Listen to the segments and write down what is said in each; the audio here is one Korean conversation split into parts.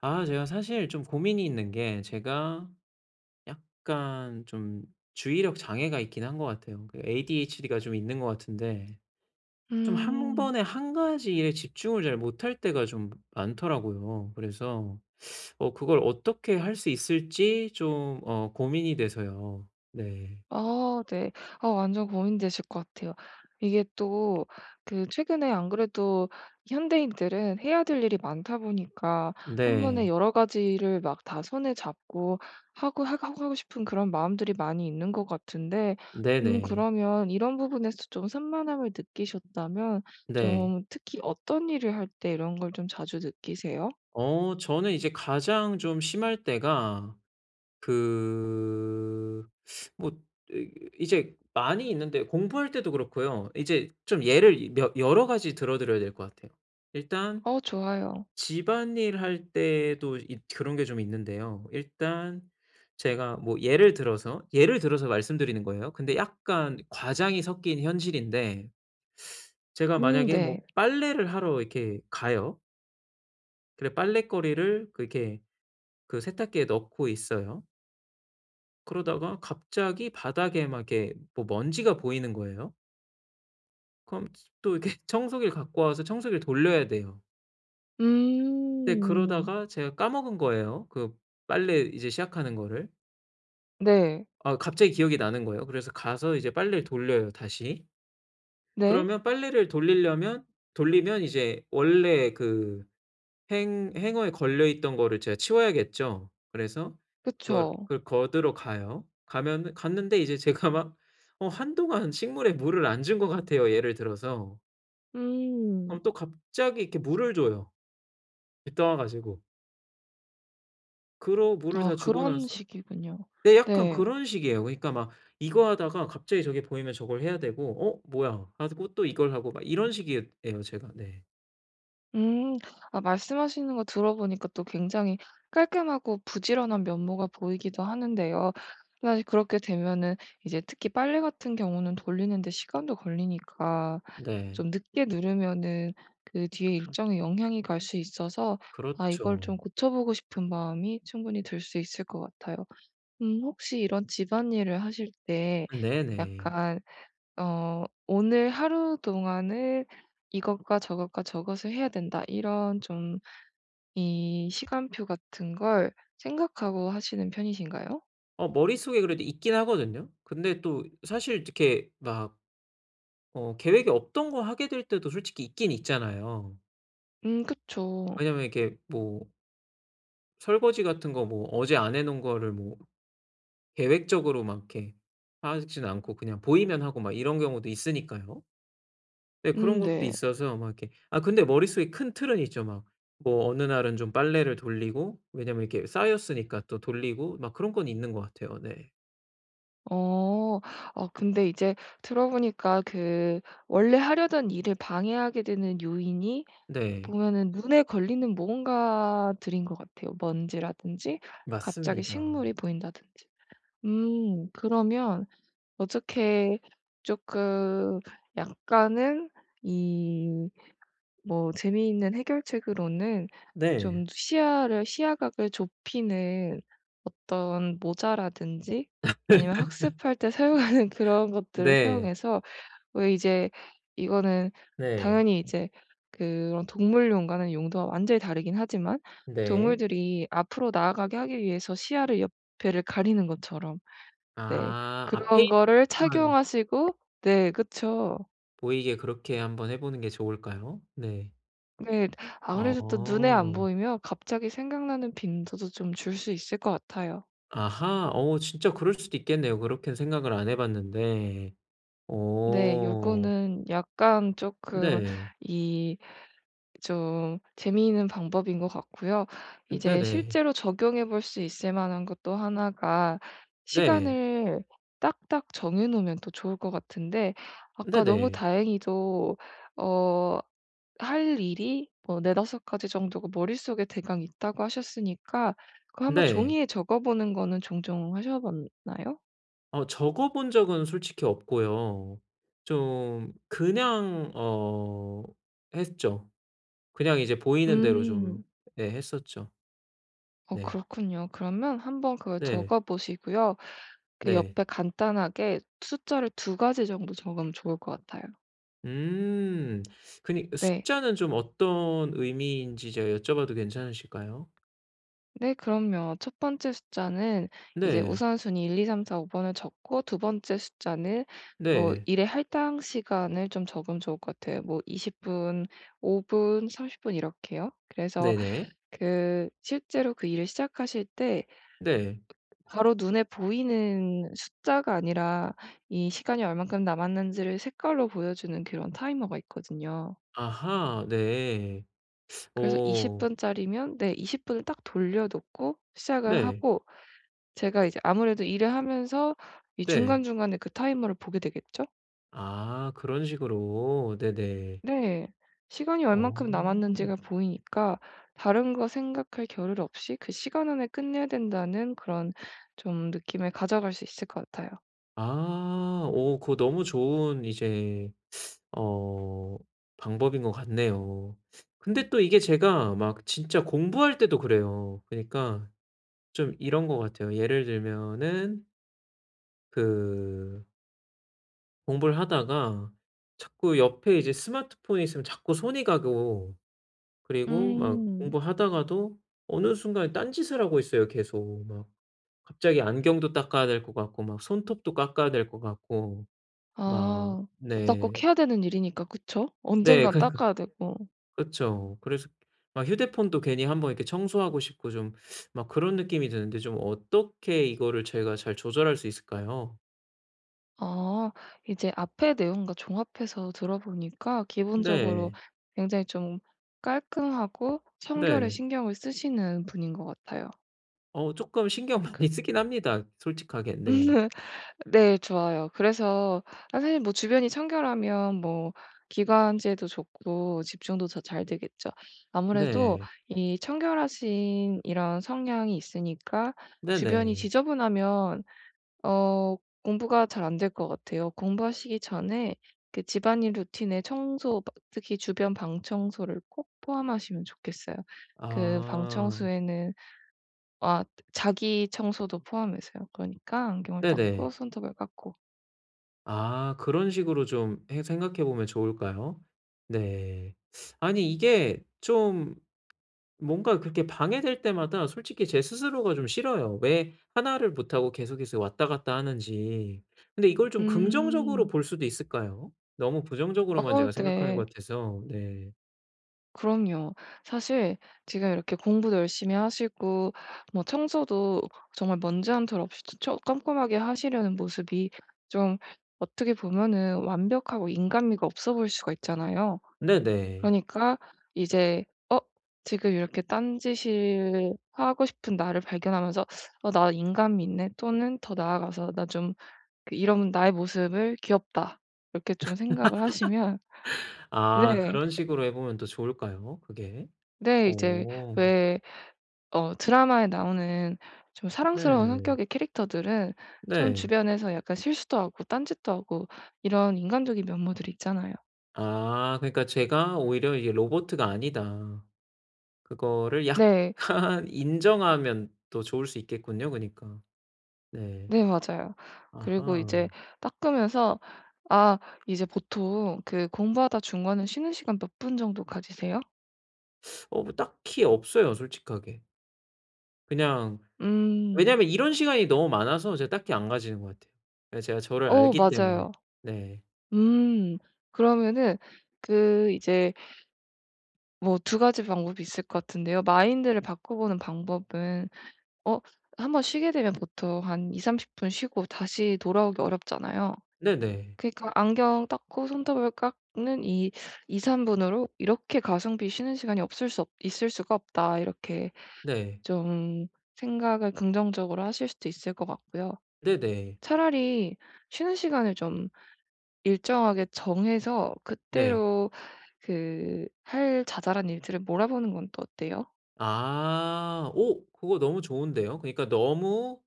아 제가 사실 좀 고민이 있는 게 제가 약간 좀 주의력 장애가 있긴 한 것 같아요. 그 ADHD가 좀 있는 것 같은데 좀 한 음. 번에 한 가지 일에 집중을 잘 못할 때가 좀 많더라고요. 그래서 그걸 어떻게 할 수 있을지 좀 고민이 돼서요. 네. 아 네. 아 완전 고민되실 것 같아요. 이게 또 그 최근에 안 그래도 현대인들은 해야 될 일이 많다 보니까 한 번에 네. 여러 가지를 막 다 손에 잡고 하고 싶은 그런 마음들이 많이 있는 것 같은데 네네. 그러면 이런 부분에서 좀 산만함을 느끼셨다면 네. 좀 특히 어떤 일을 할 때 이런 걸 좀 자주 느끼세요? 저는 이제 가장 좀 심할 때가 그 뭐 이 이제 많이 있는데 공부할 때도 그렇고요. 이제 좀 예를 몇 여러 가지 들어 드려야 될 것 같아요. 일단 어 좋아요. 집안일 할 때도 이 그런 게 좀 있는데요. 일단 제가 뭐 예를 들어서 말씀드리는 거예요. 근데 약간 과장이 섞인 현실인데 제가 만약에 네. 뭐 빨래를 하러 이렇게 가요. 그래 빨래거리를 그렇게 그 세탁기에 넣고 있어요. 그러다가 갑자기 바닥에 막 이렇게 뭐 먼지가 보이는 거예요. 그럼 또 이렇게 청소기를 갖고 와서 청소기를 돌려야 돼요. 근데 음. 그러다가 제가 까먹은 거예요. 그 빨래 이제 시작하는 거를. 네. 아 갑자기 기억이 나는 거예요. 그래서 가서 이제 빨래를 돌려요 다시. 네. 그러면 빨래를 돌리려면 돌리면 이제 원래 그 행 행어에 걸려 있던 거를 제가 치워야겠죠. 그래서 그걸 그쵸. 그걸 걷으러 가요. 가면은 갔는데 이제 제가 막 한동안 식물에 물을 안 준 것 같아요, 예를 들어서. 음. 그럼 또 갑자기 이렇게 물을 줘요, 떠와 가지고. 그러고 물을 아 다 주고 그런 나서 식이군요. 네 약간 네. 그런 식이에요. 그러니까 막 이거 하다가 갑자기 저게 보이면 저걸 해야 되고 '어 뭐야?' 하고 또 이걸 하고 막 이런 식이에요 제가. 네. 음. 아 말씀하시는 거 들어보니까 또 굉장히 깔끔하고 부지런한 면모가 보이기도 하는데요. 사실 그렇게 되면은 이제 특히 빨래 같은 경우는 돌리는 데 시간도 걸리니까 네. 좀 늦게 누르면은 그 뒤에 일정에 영향이 갈 수 있어서 아 이걸 좀 그렇죠. 고쳐 보고 싶은 마음이 충분히 들 수 있을 것 같아요. 혹시 이런 집안일을 하실 때 네네. 약간 오늘 하루 동안은 이것과 저것과 저것을 해야 된다. 이런 좀 이 시간표 같은 걸 생각하고 하시는 편이신가요? 머릿속에 그래도 있긴 하거든요. 근데 또 사실 이렇게 막 계획이 없던 거 하게 될 때도 솔직히 있긴 있잖아요. 그쵸. 왜냐면 이렇게 뭐 설거지 같은 거 뭐 어제 안 해 놓은 거를 뭐 계획적으로 막 이렇게 하진 않고 그냥 보이면 하고 막 이런 경우도 있으니까요. 네 그런 것도 네. 있어서 막 이렇게 아 근데 머릿속에 큰 틀은 있죠. 막 뭐 어느 날은 좀 빨래를 돌리고 왜냐면 이렇게 쌓였으니까 또 돌리고 막 그런 건 있는 것 같아요. 네. 어, 근데 이제 들어보니까 그 원래 하려던 일을 방해하게 되는 요인이 네. 보면은 눈에 걸리는 무언가들인 것 같아요. 먼지라든지 갑자기 맞습니다. 식물이 보인다든지. 그러면 어떻게 조금 약간은 이 뭐 재미있는 해결책으로는 네. 좀 시야를 시야각을 좁히는 어떤 모자라든지 아니면 학습할 때 사용하는 그런 것들을 네. 사용해서 왜 이제 이거는 네. 당연히 이제 그런 동물용과는 용도가 완전히 다르긴 하지만 네. 동물들이 앞으로 나아가게 하기 위해서 시야를 옆에를 가리는 것처럼 네. 아. 아 그런 거를 페인트만 착용하시고 네 그쵸. 보이게 그렇게 한번 해 보는 게 좋을까요? 네. 네. 아무래도 또 눈에 안 어. 보이면 갑자기 생각나는 빈도도 좀 줄 수 있을 것 같아요. 아하. 진짜 그럴 수도 있겠네요. 그렇게는 생각을 안 해 봤는데. 네. 어. 요거는 약간 쪼끔 네. 이 좀 재미있는 방법인 것 같고요. 이제 네네. 실제로 적용해 볼 수 있을 만한 것도 하나가 네. 시간을 딱딱 정해 놓으면 또 좋을 것 같은데 네 아까 너무 네. 다행히도 어 할 일이 뭐 4-5 가지 정도가 머릿속에 대강 있다고 하셨으니까 그 한번 네. 종이에 적어 보는 거는 종종 하셔 봤나요? 적어 본 적은 솔직히 없고요. 좀 그냥 했죠. 그냥 이제 보이는 대로 좀 음. 예 했었죠. 어 네. 그렇군요. 그러면 한번 그걸 네. 적어 보시고요. 그 네. 옆에 간단하게 숫자를 두 가지 정도 적으면 좋을 것 같아요. 음. 그니 네. 숫자는 좀 어떤 의미인지 제가 여쭤봐도 괜찮으실까요? 네, 그럼요. 첫 번째 숫자는 이제 네. 우선순위 1, 2, 3, 4, 5번을 적고 두 번째 숫자는 뭐 네. 일의 할당 시간을 좀 적으면 좋을 것 같아요. 뭐 20분, 5분, 30분 이렇게요. 그래서 네네. 그 실제로 그 일을 시작하실 때 네. 바로 눈에 보이는 숫자가 아니라 이 시간이 얼만큼 남았는지를 색깔로 보여주는 그런 타이머가 있거든요. 아하. 네. 그래서 어. 20분짜리면 네, 20분을 딱 돌려놓고 시작을 네. 하고 제가 이제 아무래도 일을 하면서 이 네. 중간중간에 그 타이머를 보게 되겠죠? 아 그런 식으로. 네네. 네. 시간이 얼만큼 어. 남았는지가 보이니까 다른 거 생각할 겨를 없이 그 시간 안에 끝내야 된다는 그런 좀 느낌을 가져갈 수 있을 것 같아요. 아. 그거 너무 좋은 이제 어 방법인 것 같네요. 근데 또 이게 제가 막 진짜 공부할 때도 그래요. 그니까 좀 이런 것 같아요. 예를 들면은 그 공부를 하다가 자꾸 옆에 이제 스마트폰이 있으면 자꾸 손이 가고 그리고 막 음. 공부하다가도 어느 순간에 딴짓을 하고 있어요 계속. 막 갑자기 안경도 닦아야 될 것 같고 막 손톱도 깎아야 될 것 같고 막 아. 둘 다 네. 꼭 해야 되는 일이니까 그쵸? 네. 언젠간 그러니까 닦아야 되고. 그쵸. 그래서 막 휴대폰도 괜히 한번 이렇게 청소하고 싶고 좀 막 그런 느낌이 드는데 좀 어떻게 이거를 제가 잘 조절할 수 있을까요? 아 이제 앞의 내용과 종합해서 들어보니까 기본적으로 네. 굉장히 좀 깔끔하고 청결에 네. 신경을 쓰시는 분인 것 같아요. 쪼끔 신경 그 많이 쓰긴 합니다 솔직하게. 네. 네 좋아요. 그래서 아 사실 뭐 주변이 청결하면 뭐 기관지에도 좋고 집중도 더 잘 되겠죠. 아무래도 네. 이 청결하신 이런 성향이 있으니까 주변이 네네. 지저분하면 어 공부가 잘 안 될 것 같아요. 공부하시기 전에 그 집안일 루틴에 청소 바 특히 주변 방 청소를 꼭 포함하시면 좋겠어요. 그 방 아. 청소에는 아 자기 청소도 포함해서요. 그러니까 안경을 닦고 네네. 손톱을 깎고. 아 그런 식으로 좀 해 생각해 보면 좋을까요? 네. 아니 이게 좀 뭔가 그렇게 방해될 때마다 솔직히 제 스스로가 좀 싫어요. 왜 하나를 못하고 계속해서 왔다 갔다 하는지. 근데 이걸 좀 긍정적으로 음. 볼 수도 있을까요? 너무 부정적으로만 어 제가 생각하는 네. 것 같아서. 네. 그럼요. 사실 지금 이렇게 공부도 열심히 하시고 뭐 청소도 정말 먼지 한 털 없이 처 꼼꼼하게 하시려는 모습이 좀 어떻게 보면은 완벽하고 인간미가 없어 보일 수가 있잖아요. 네네. 그러니까 이제 어 지금 이렇게 딴짓을 하고 싶은 나를 발견하면서 '어 나 인간미 있네.' 또는 더 나아가서 '나 좀 그 이런 나의 모습을 귀엽다.' 이렇게 좀 생각을 하시면 아 네. 그런 식으로 해 보면 또 좋을까요? 그게? 네. 이제 오 왜 드라마에 나오는 좀 사랑스러운 네. 성격의 캐릭터들은 좀 네. 주변에서 약간 실수도 하고 딴짓도 하고 이런 인간적인 면모들이 있잖아요. 아 그러니까 제가 오히려 이게 '로보트가 아니다.' 그거를 약간 네. 인정하면 또 좋을 수 있겠군요 그니까. 러 네. 네 맞아요. 그리고 이제 아하. 닦으면서 아 이제 보통 그 공부하다 중간에 쉬는 시간 몇 분 정도 가지세요? 뭐 딱히 없어요 솔직하게. 그냥 음. 왜냐면 이런 시간이 너무 많아서 제가 딱히 안 가지는 것 같아요. 그냥 제가 저를 어 알기 때문에. 맞아요. 네. 음. 그러면은 그 이제 뭐 두 가지 방법이 있을 것 같은데요. 마인드를 바꿔 보는 방법은 어 한 번 쉬게 되면 보통 한 20-30분 쉬고 다시 돌아오기 어렵잖아요. 네 네. 그러니까 안경 닦고 손톱을 깎는 이 2-3 분으로 '이렇게 가성비 쉬는 시간이 없을 수 없 있을 수가 없다.' 이렇게 네. 좀 생각을 긍정적으로 하실 수도 있을 것 같고요. 네네. 차라리 쉬는 시간을 좀 일정하게 정해서 네. 그때로 그 할 자잘한 일들을 몰아보는 건 또 어때요? 아. 오 그거 너무 좋은데요. 그러니까 너무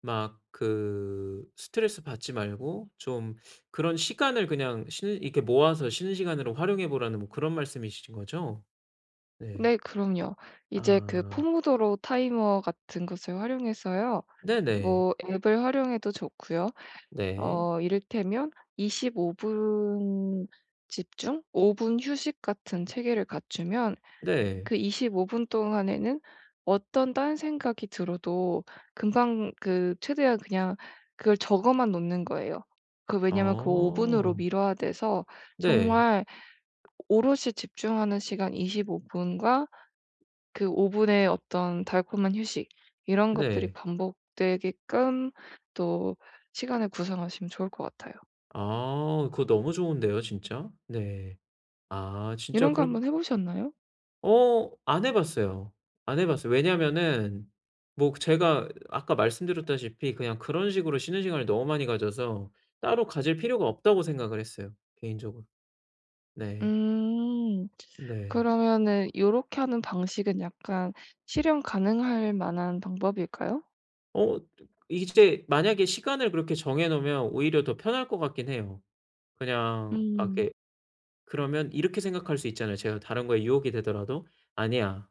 막 그 스트레스 받지 말고 좀 그런 시간을 그냥 쉬는 이렇게 모아서 쉬는 시간으로 활용해 보라는 뭐 그런 말씀이신 거죠? 네. 네 그럼요. 이제 그 아. 포모도로 타이머 같은 것을 활용해서요. 네네. 뭐 앱을 활용해도 좋고요. 네. 이를테면 25분 집중, 5분 휴식 같은 체계를 갖추면 네. 그 25분 동안에는 어떤 딴 생각이 들어도 금방 그 최대한 그냥 그걸 적어만 놓는 거예요. 그 왜냐면 그 5 분으로 어. 미뤄야 돼서 네. 정말 오롯이 집중하는 시간 25 분과 그 5 분의 어떤 달콤한 휴식 이런 것들이 네. 반복되게끔 또 시간을 구성하시면 좋을 것 같아요. 아 그거 너무 좋은데요 진짜. 네. 아 진짜 이런 거 그렇 한번 해 보셨나요? 어 안 해 봤어요. 안 해 봤어요. 왜냐면은 뭐 제가 아까 말씀드렸다시피 그냥 그런 식으로 쉬는 시간을 너무 많이 가져서 따로 가질 필요가 없다고 생각을 했어요 개인적으로. 네. 음. 네. 그러면은 요렇게 하는 방식은 약간 실현 가능할 만한 방법일까요? 어 이제 만약에 시간을 그렇게 정해 놓으면 오히려 더 편할 것 같긴 해요. 그냥 막 음. 이렇게 그러면 이렇게 생각할 수 있잖아요. 제가 다른 거에 유혹이 되더라도 '아니야.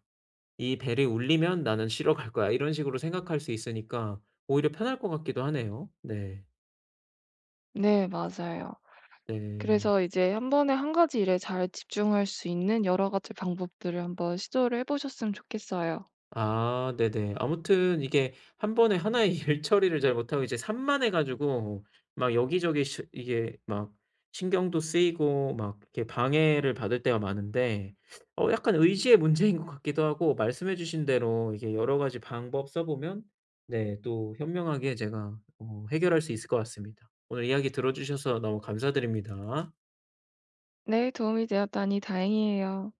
이 벨이 울리면 나는 쉬러 갈 거야.' 이런 식으로 생각할 수 있으니까 오히려 편할 것 같기도 하네요. 네. 네 맞아요. 네. 그래서 이제 한 번에 한 가지 일에 잘 집중할 수 있는 여러 가지 방법들을 한번 시도를 해 보셨으면 좋겠어요. 아 네네. 아무튼 이게 한 번에 하나의 일 처리를 잘 못하고 이제 산만해 가지고 막 여기저기 시 이게 막 신경도 쓰이고 막 이렇게 방해를 받을 때가 많은데 약간 의지의 문제인 것 같기도 하고 말씀해 주신 대로 이게 여러 가지 방법 써 보면 네 또 현명하게 제가 해결할 수 있을 것 같습니다. 오늘 이야기 들어 주셔서 너무 감사드립니다. 네 도움이 되었다니 다행이에요.